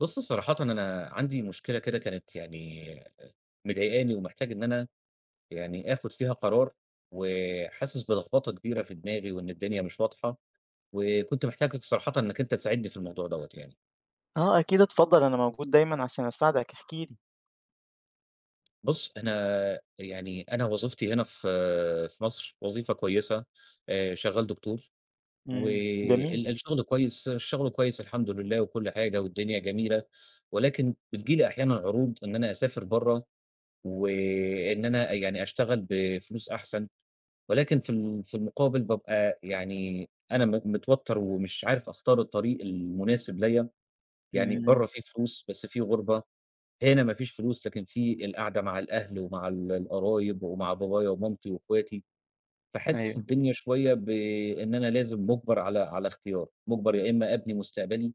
بُص صراحةً أنا عندي مشكلة كده كانت يعني مضايقاني، ومحتاج إن أنا يعني آخُد فيها قرار، وحاسس بلخبطة كبيرة في دماغي وإن الدنيا مش واضحة، وكنت محتاجك صراحةً إنك أنت تساعدني في الموضوع دوّة يعني. آه أكيد اتفضّل، أنا موجود دايمًا عشان أساعدك، احكِ لي. بُص، أنا وظيفتي هنا في مصر وظيفة كويسة. شغّال دكتور، إمم. جميل. وال الشغل كويس، الشغل كويس الحمد لله وكل حاجة والدنيا جميلة. ولكن بتيجي لي أحيانًا عروض إن أنا أسافر برّه، وإن أنا يعني أشتغل بفلوس أحسن، ولكن في المقابل بابقى يعني أنا متوتّر ومش عارف أختار الطريق المناسب ليّا. يعني إمم. برّه في فلوس بس في غُربة، هنا ما فيش فلوس لكن في القعدة مع الأهل ومع القرايب ومع بابايا ومامتي وأخواتي. فحاسس أيوه. الدنيا شوية بإن أنا لازم مُجبَر على اختيار، مُجبَر يا إمّا أبني مستقبلي،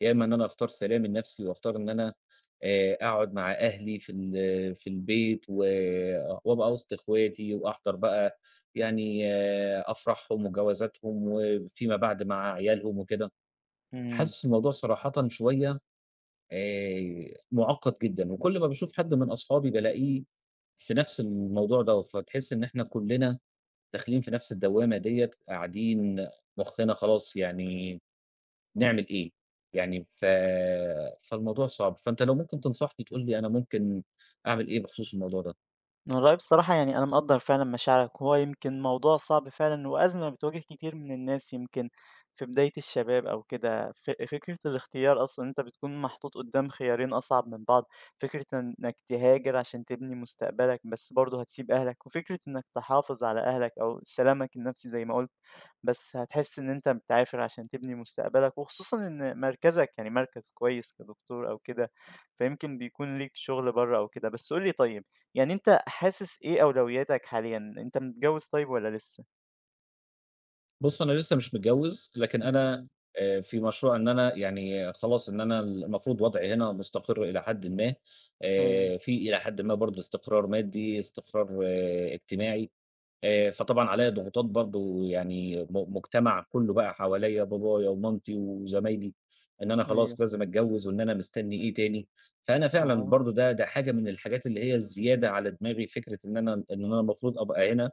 يا إما إن أنا أختار سلام لنفسي وأختار إن أنا أقعد مع أهلي في البيت، وأبقى وسط إخواتي، وأحضر بقى يعني أفراحهم وجوازاتهم وفيما بعد مع عيالهم وكده. إمم. حاسس الموضوع صراحةً شوية مُعقّد جدًا، وكل ما باشوف حد من أصحابي بالاقيه في نفس الموضوع دوّة، فتحس إن إحنا كُلّنا داخلين في نفس الدوّامة ديّة، قاعدين مُخّنا خلاص، يعني نعمل إيه؟ يعني فالموضوع صعب. فأنت لو ممكن تنصحني، تقول لي أنا ممكن أعمل إيه بخصوص الموضوع ده؟ والله بصراحة يعني أنا مقدّر فعلًا مشاعرك، وهو يمكن موضوع صعب فعلًا وأزمة بتواجه كتير من الناس يمكن في بداية الشباب أو كده، فكرة الاختيار أصلًا إن أنت بتكون محطوط قدّام خيارين أصعب من بعض، فكرة إنك تهاجر عشان تبني مستقبلك بس برضه هتسيب أهلك، وفكرة إنك تحافظ على أهلك أو سلامك النفسي زي ما قُلت. بس هتحس إن أنت بتعافر عشان تبني مستقبلك، وخصوصًا إن مركزك يعني مركز كويس كدكتور أو كده، فيمكن بيكون ليك شغل برّه أو كده. بس قُل لي طيب، يعني أنت حاسس إيه أولوياتك حاليًا؟ أنت متجوز طيب والّا لسه؟ بُص، أنا لسه مش متجوّز، لكن أنا إمم، في مشروع إن أنا يعني خلاص إن أنا المفروض وضعي هنا مستقر إلى حدٍ ما، أيوه، في إلى حدٍ ما برضه استقرار مادي، استقرار اجتماعي. فطبعًا عليَّ ضغوطات برضه، يعني مجتمع كلّه بقى حواليَّ، بابايا ومامتي وزمايلي، إن أنا أيوه، خلاص لازم أتجوّز وإن أنا مستني إيه تاني. فأنا فعلًا آه، برضه ده حاجة من الحاجات اللي هي الزيادة على دماغي، فكرة إن أنا المفروض أبقى هنا،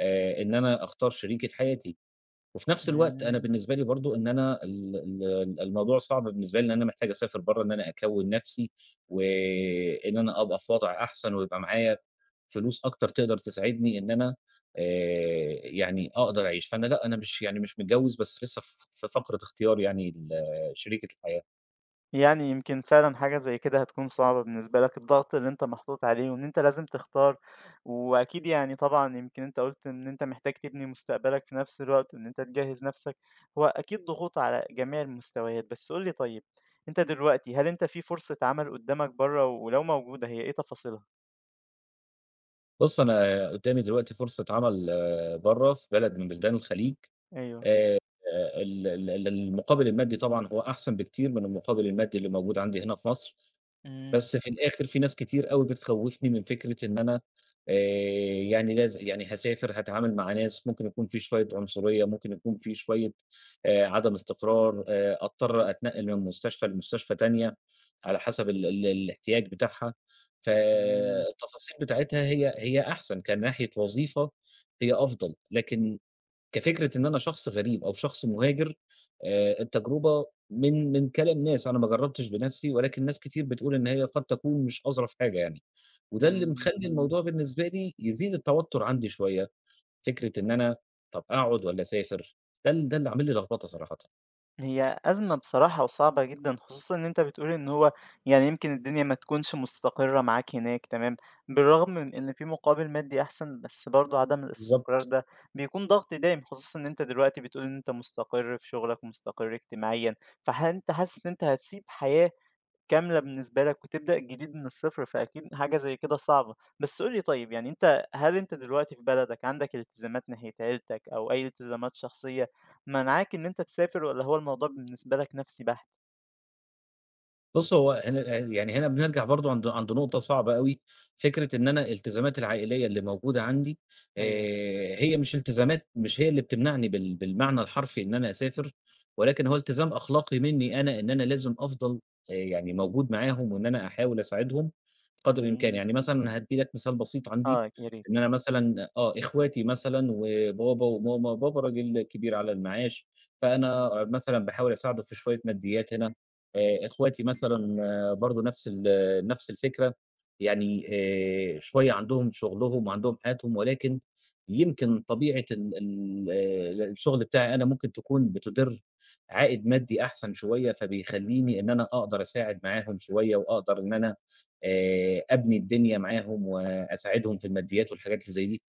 إن أنا أختار شريكة حياتي. وفي نفس الوقت أنا إمم. بالنسبة لي برضه إن أنا ال ال الموضوع صعب بالنسبة لي، لإن أنا محتاج أسافر برّه، إن أنا أكوّن نفسي، وإن أنا أبقى في وضع أحسن، ويبقى معايا فلوس أكتر تقدر تساعدني إن أنا يعني أقدر أعيش. فأنا لأ، أنا مش يعني مش متجوّز بس لسه في فقرة اختيار يعني شريكة الحياة. يعني يمكن فعلًا حاجة زي كده هتكون صعبة بالنسبة لك، الضغط اللي أنت محطوط عليه وإن أنت لازم تختار، وأكيد يعني طبعًا يمكن أنت قُلت إن أنت محتاج تبني مستقبلك في نفس الوقت وإن أنت تجهّز نفسك، هو أكيد ضغوط على جميع المستويات، بس قُل لي طيب أنت دلوقتي هل أنت في فرصة عمل قدّامك برّه ولو موجودة هي إيه تفاصيلها؟ بُص، أنا قدّامي دلوقتي فرصة عمل برّه في بلد من بلدان الخليج. أيوه. آآ، ال ال المقابل المادي طبعًا هو أحسن بكتير من المقابل المادي اللي موجود عندي هنا في مصر. إمم، بس في الآخر، في ناس كتير أوي بتخوّفني من فكرة إن أنا آآ يعني يعني هاسافر، هاتعامل مع ناس ممكن يكون في شوية عنصرية، ممكن يكون في شوية عدم استقرار، أضطر أتنقل من مستشفى لمستشفى تانية على حسب ال ال الاحتياج بتاعها. إمم، فالتفاصيل بتاعتها هي أحسن كناحية وظيفة، هي أفضل. لكن كفكرة إن أنا شخص غريب أو شخص مهاجر، التجربة من كلام ناس، أنا ما جرّبتش بنَفْسي، ولكن ناس كتير بتقول إن هي قد تكون مش أظرف حاجة يعني. وده اللي إمم. مخلّي الموضوع بالنسبة لي يزيد التوتُّر عندي شوية. فكرة إن أنا طَب أقعد والّا أسافر، ده اللي عامل لي لخبطة صراحةً. هي أزمة بصراحة وصعبة جدًا، خصوصًا إن أنت بتقول إن هو يعني يمكن الدنيا ما تكونش مستقرة معاك هناك تمام، بالرغم من إن في مقابل مادي أحسن، بس برضه عدم الاستقرار بالضبط. ده بيكون ضغط دايم، خصوصًا إن أنت دلوقتي بتقول إن أنت مستقر في شغلك ومستقر اجتماعيًا، فهل أنت حاسس إن أنت هتسيب حياة كاملة بالنسبة لك وتبدأ جديد من الصفر، فأكيد حاجة زي كده صعبة. بس قُل لي طيب يعني أنت هل أنت دلوقتي في بلدك عندك التزامات ناحية عيلتك أو أي التزامات شخصية مانعاك إن أنت تسافر والّا هو الموضوع بالنسبة لك نَفْسي بحت؟ بُص، هو هنا يعني هنا بنرجع برضه عند نقطة صعبة أوي، فكرة إن أنا الالتزامات العائلية اللي موجودة عندي، أيوه. هي مش التزامات، مش هي اللي بتمنعني بالمعنى الحرفي إن أنا أسافر. ولكن هو التزام أخلاقي منّي أنا، إن أنا لازم أفضل يعني موجود معاهم وإن أنا أحاول أساعدهم قدر الإمكان. إمم. يعني مثلًا هادّي لك مثال بسيط عندي، آه، يا ريت. إن أنا مثلًا إخواتي مثلًا وبابا وماما. بابا راجل كبير على المعاش، فأنا مثلًا باحاول أساعده في شوية ماديات هنا. إخواتي مثلًا برضه نفس الفكرة، يعني شوية عندهم شغلهم وعندهم حياتهم، ولكن يمكن طبيعة ال ال آه، الشغل بتاعي أنا ممكن تكون بتُدِر عائد مادي أحسن شوية، فبيخلّيني إن أنا أقدر أساعد معاهم شوية وأقدر إن أنا أبني الدنيا معاهم وأساعدهم في الماديات والحاجات اللي زي دي.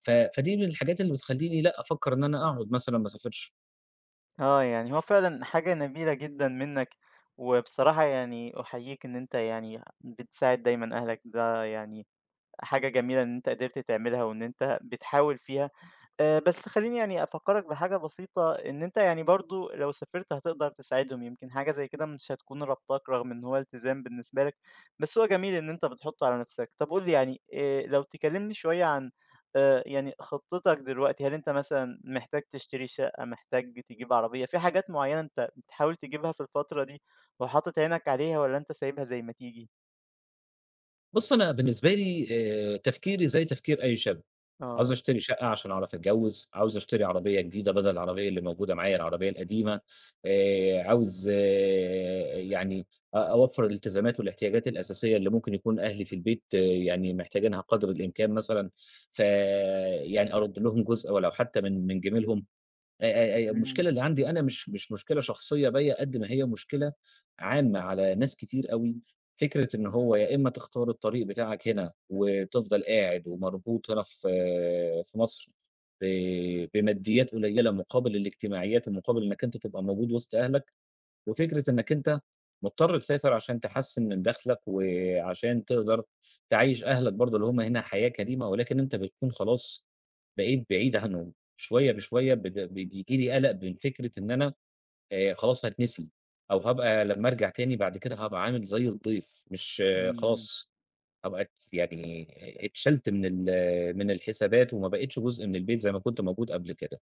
فدي من الحاجات اللي بتخلّيني لأ، أفكّر إن أنا أقعد مثلًا ما أسافرش. آه، يعني هو فعلًا حاجة نبيلة جدًا منّك، وبصراحة يعني أُحييك إن أنت يعني بتساعد دايمًا أهلك، ده يعني حاجة جميلة إن أنت قدرت تعملها وإن أنت بتحاول فيها. بس خلّيني يعني أفكّرك بحاجة بسيطة، إن أنت يعني برضه لو سافرت هتقدر تساعدهم، يمكن حاجة زي كده مش هتكون رابطاك رغم إن هو التزام بالنسبة لك، بس هو جميل إن أنت بتحُطّه على نَفْسك. طَب قُل لي يعني لو تكلّمني شوية عن يعني خطتك دلوقتي، هل أنت مثلًا محتاج تشتري شقة، محتاج تجيب عربية، في حاجات معيّنة أنت بتحاول تجيبها في الفترة دي وحاطط عينك عليها والّا أنت سايبها زي ما تيجي؟ بُص، أنا بالنسبة لي تفكيري زي تفكير أي شاب. عاوز آه، أشتري شقة عشان أعرف أتجوّز، عاوز أشتري عربية جديدة بدل العربية اللي موجودة معايا العربية القديمة. عاوز يعني أوفّر الالتزامات والاحتياجات الأساسية اللي ممكن يكون أهلي في البيت يعني محتاجينها قدر الإمكان مثلًا، فيعني أرُد لهم جزء ولو حتى من جِميلهم. إمم، المشكلة اللي عندي أنا مش مشكلة شخصية بيّا قد ما هي مشكلة عامة على ناس كتير أوي، فكرة إن هو يا إمّا تختار الطريق بتاعك هنا وتفضل قاعد ومربوط هنا في مصر ب بماديات قليلة مقابل الاجتماعيات ومقابل إنّك أنت تبقى موجود وسط أهلك. وفكرة إنّك أنت مضطر تسافر عشان تحسّن من دخلك، وعشان تقدر تعيّش أهلك برضه اللي هُم هنا حياة كريمة، ولكن أنت بتكون خلاص بقيت بعيد عنهم، شوية بشوية بت ب بييجي لي قلق من فكرة إن أنا خلاص هاتنسي، أو هابقى لمّا أرجع تاني بعد كده هابقى عامل زي الضيف، مش إمم، إمم. خلاص هابقى يعني اتشالت من من الحسابات، وما بقيتش جزء من البيت زي ما كنت موجود قبل كده.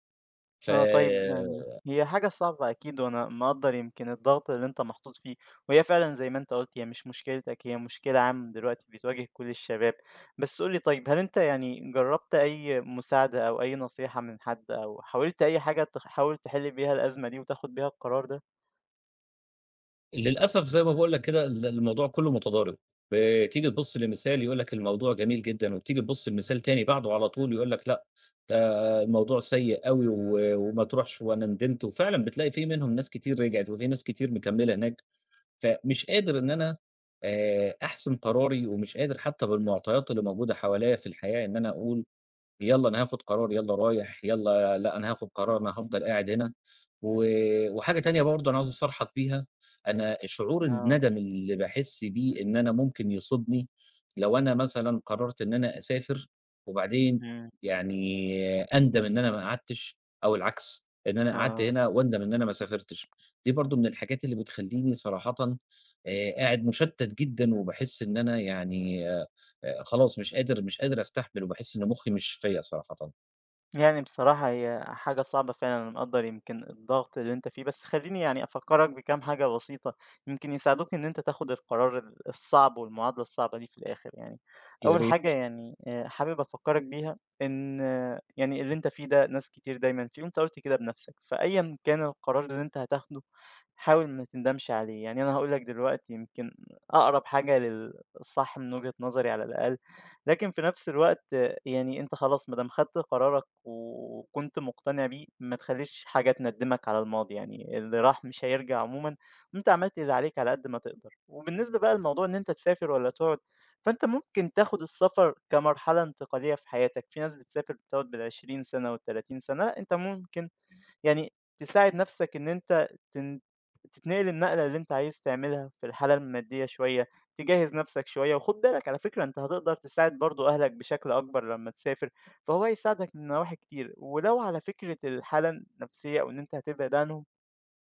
ف آه طيب يعني هي حاجة صعبة أكيد وأنا مقدّر يمكن الضغط اللي أنت محطوط فيه، وهي فعلًا زي ما أنت قُلت هي مش مشكلتك هي مشكلة عامة دلوقتي بتواجه كل الشباب، بس قُل لي طيب هل أنت يعني جرّبت أي مساعدة أو أي نصيحة من حد أو حاولت أي حاجة تحاول تحل بيها الأزمة دي وتاخد بيها القرار ده؟ للأسف زي ما باقول لك كده الموضوع كُلّه متضارب، بتيجي تبُص لمثال يقول لك الموضوع جميل جدًا، وبتيجي تبُص لمثال تاني بعده على طول يقول لك لأ، ده الموضوع سيء أوي، وما تروحش، وأنا ندمت. وفعلًا بتلاقي في منهم ناس كتير رجعت، وفي ناس كتير مكمّلة هناك. فمش قادر إن أنا أحسم قراري، ومش قادر حتى بالمعطيات اللي موجودة حواليّا في الحياة إن أنا أقول يالّا أنا هاخد قرار، يالّا رايح، يالّا لأ أنا هاخد قرار، أنا هافضل قاعد هنا. و وحاجة تانية برضه أنا عاوز أصارحك بيها، أنا شعور آه، الندم اللي باحس بيه إن أنا ممكن يصيبني لو أنا مثلًا قررت إن أنا أسافر وبعدين إمم، يعني أندم إن أنا ما قعدتش، أو العكس، إن أنا قعدت آه. هنا وأندم إن أنا ما سافرتش. دي برضه من الحاجات اللي بتخلّيني صراحةً قاعد مشتت جدًا، وباحس إن أنا يعني خلاص مش قادر أستحمل، وباحس إن مُخّي مش فيّا صراحةً. يعني بصراحة هي حاجة صعبة فعلًا، أنا مقدّر يمكن الضغط اللي أنت فيه، بس خلّيني يعني أفكّرك بكام حاجة بسيطة يمكن يساعدوك إن أنت تاخد القرار الصعب والمعادلة الصعبة دي في الآخر يعني. يا أول حاجة ريت، يعني حابب أفكّرك بيها إن آه، يعني اللي أنت فيه ده ناس كتير دايمًا فيه وأنت قُلت كده بنَفْسك، فأيًا كان القرار اللي أنت هتاخده حاول ما تندمش عليه، يعني أنا هاقول لك دلوقتي يمكن أقرب حاجة للصح من وجهة نظري على الأقل، لكن في نَفْس الوقت يعني أنت خلاص ما دام خدت قرارك وكنت مقتنع بيه، ما تخلّيش حاجة تندّمك على الماضي، يعني اللي راح مش هيرجع عمومًا، وأنت عملت اللي عليك على قد ما تقدر. وبالنسبة بقى لموضوع إن أنت تسافر والّا تقعد، فأنت ممكن تاخد السفر كمرحلة انتقالية في حياتك، في ناس بتسافر بتقعد بال20 سنة وال30 سنة، لأ أنت ممكن يعني تساعد نفسك إن أنت تتنقل النقلة اللي أنت عايز تعملها في الحالة المادية شوية، تجهّز نفسك شوية، وخُد بالك على فكرة أنت هتقدر تساعد برضه أهلك بشكل أكبر لمّا تسافر، فهو هيساعدك من نواحي كتير، ولو على فكرة الحالة النفسية أو إن أنت هتبعد عنهم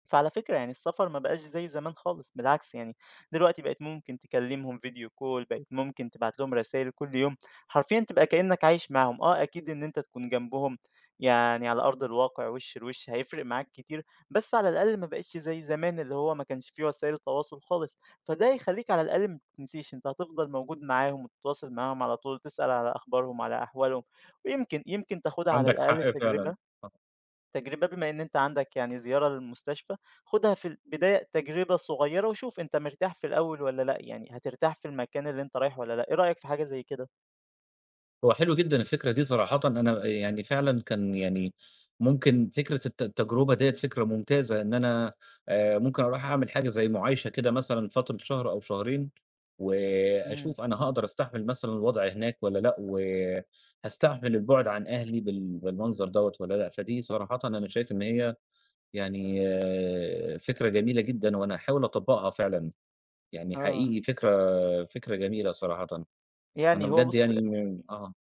فعلى فكرة يعني السفر ما بقاش زي زمان خالص، بالعكس يعني دلوقتي بقت ممكن تكلمهم فيديو كول، بقت ممكن تبعت لهم رسائل كل يوم، حرفيا تبقى كأنك عايش معاهم. اه، اكيد ان انت تكون جنبهم يعني على ارض الواقع وش لوش هيفرق معاك كتير، بس على الاقل ما بقتش زي زمان اللي هو ما كانش فيه وسائل تواصل خالص، فده يخليك على الاقل ما تنسيش، انت هتفضل موجود معاهم وتتواصل معاهم على طول، تسأل على اخبارهم على احوالهم. ويمكن يمكن تاخدها على عندك الاقل حق فعلًا. تجربة. آه. تجربة بما إن أنت عندك يعني زيارة للمستشفى، خُدها في البداية تجربة صغيرة وشوف أنت مرتاح في الأول والّا لأ، يعني هترتاح في المكان اللي أنت رايحه والّا لأ، إيه رأيك في حاجة زي كده؟ هو حلو جدًا الفكرة دي صراحةً، أنا يعني فعلًا كان يعني ممكن فكرة التجربة ديّة فكرة ممتازة إن أنا ممكن أروح أعمل حاجة زي مُعايشة كده مثلًا فترة شهر أو شهرين، إمم. وأشوف أنا هاقدر أستحمل مثلًا الوضع هناك والّا لأ، وهاستحمل البُعد عن أهلي بالمنظر دوّة والّا لأ. فدي صراحةً أنا شايف إن هي يعني فكرة جميلة جدًا، وأنا هاحاول أطبّقها فعلًا. يعني آه، حقيقي فكرة جميلة صراحةً. أنا يعني هو بجد بُص يعني م آه،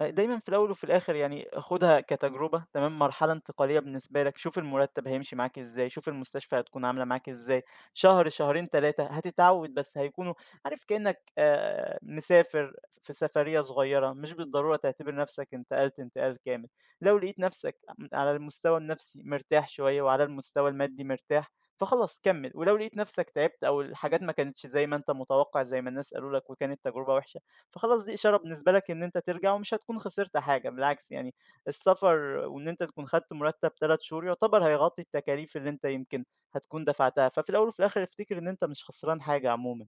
دايمًا في الأول وفي الآخر يعني خُدها كتجربة تمام، مرحلة انتقالية بالنسبة لك، شوف المرتب هيمشي معاك إزاي، شوف المستشفى هتكون عاملة معاك إزاي، شهر، شهرين، 3 هتتعوّد بس هيكونوا عارف كإنّك مسافر في سفرية صغيّرة، مش بالضرورة تعتبر نَفْسك انتقلت انتقال كامل. لو لقيت نَفْسك على المستوى النَفْسي مرتاح شوية وعلى المستوى المادي مرتاح، فخلاص كمّل، ولو لقيت نَفْسك تعبت أو الحاجات ما كانتش زي ما أنت متوقّع زي ما الناس قالوا لك وكانت تجربة وحشة، فخلاص دي إشارة بالنسبة لك إن أنت ترجع ومش هتكون خسرت حاجة، بالعكس يعني السفر وإن أنت تكون خدت مرتب 3 شهور يعتبر هيغطي التكاليف اللي أنت يمكن هتكون دفعتها، ففي الأول وفي الآخر افتكر إن أنت مش خسران حاجة عمومًا.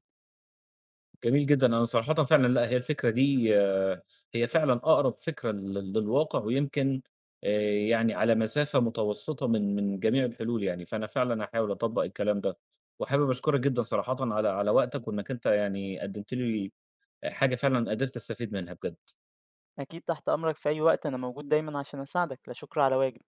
جميل جدًا، أنا صراحةً فعلًا لأ، هي الفكرة دي هي فعلًا أقرب فكرة للواقع، ويمكن يعني على مسافة متوسطة من جميع الحلول يعني. فأنا فعلًا هاحاول أطبّق الكلام ده، وحابب أشكرك جدًا صراحةً على وقتك، وإنك أنت يعني قدّمت لي حاجة فعلًا قدرت أستفيد منها بجد. أكيد تحت أمرك في أي وقت، أنا موجود دايمًا عشان أساعدك، لا شكر على واجب.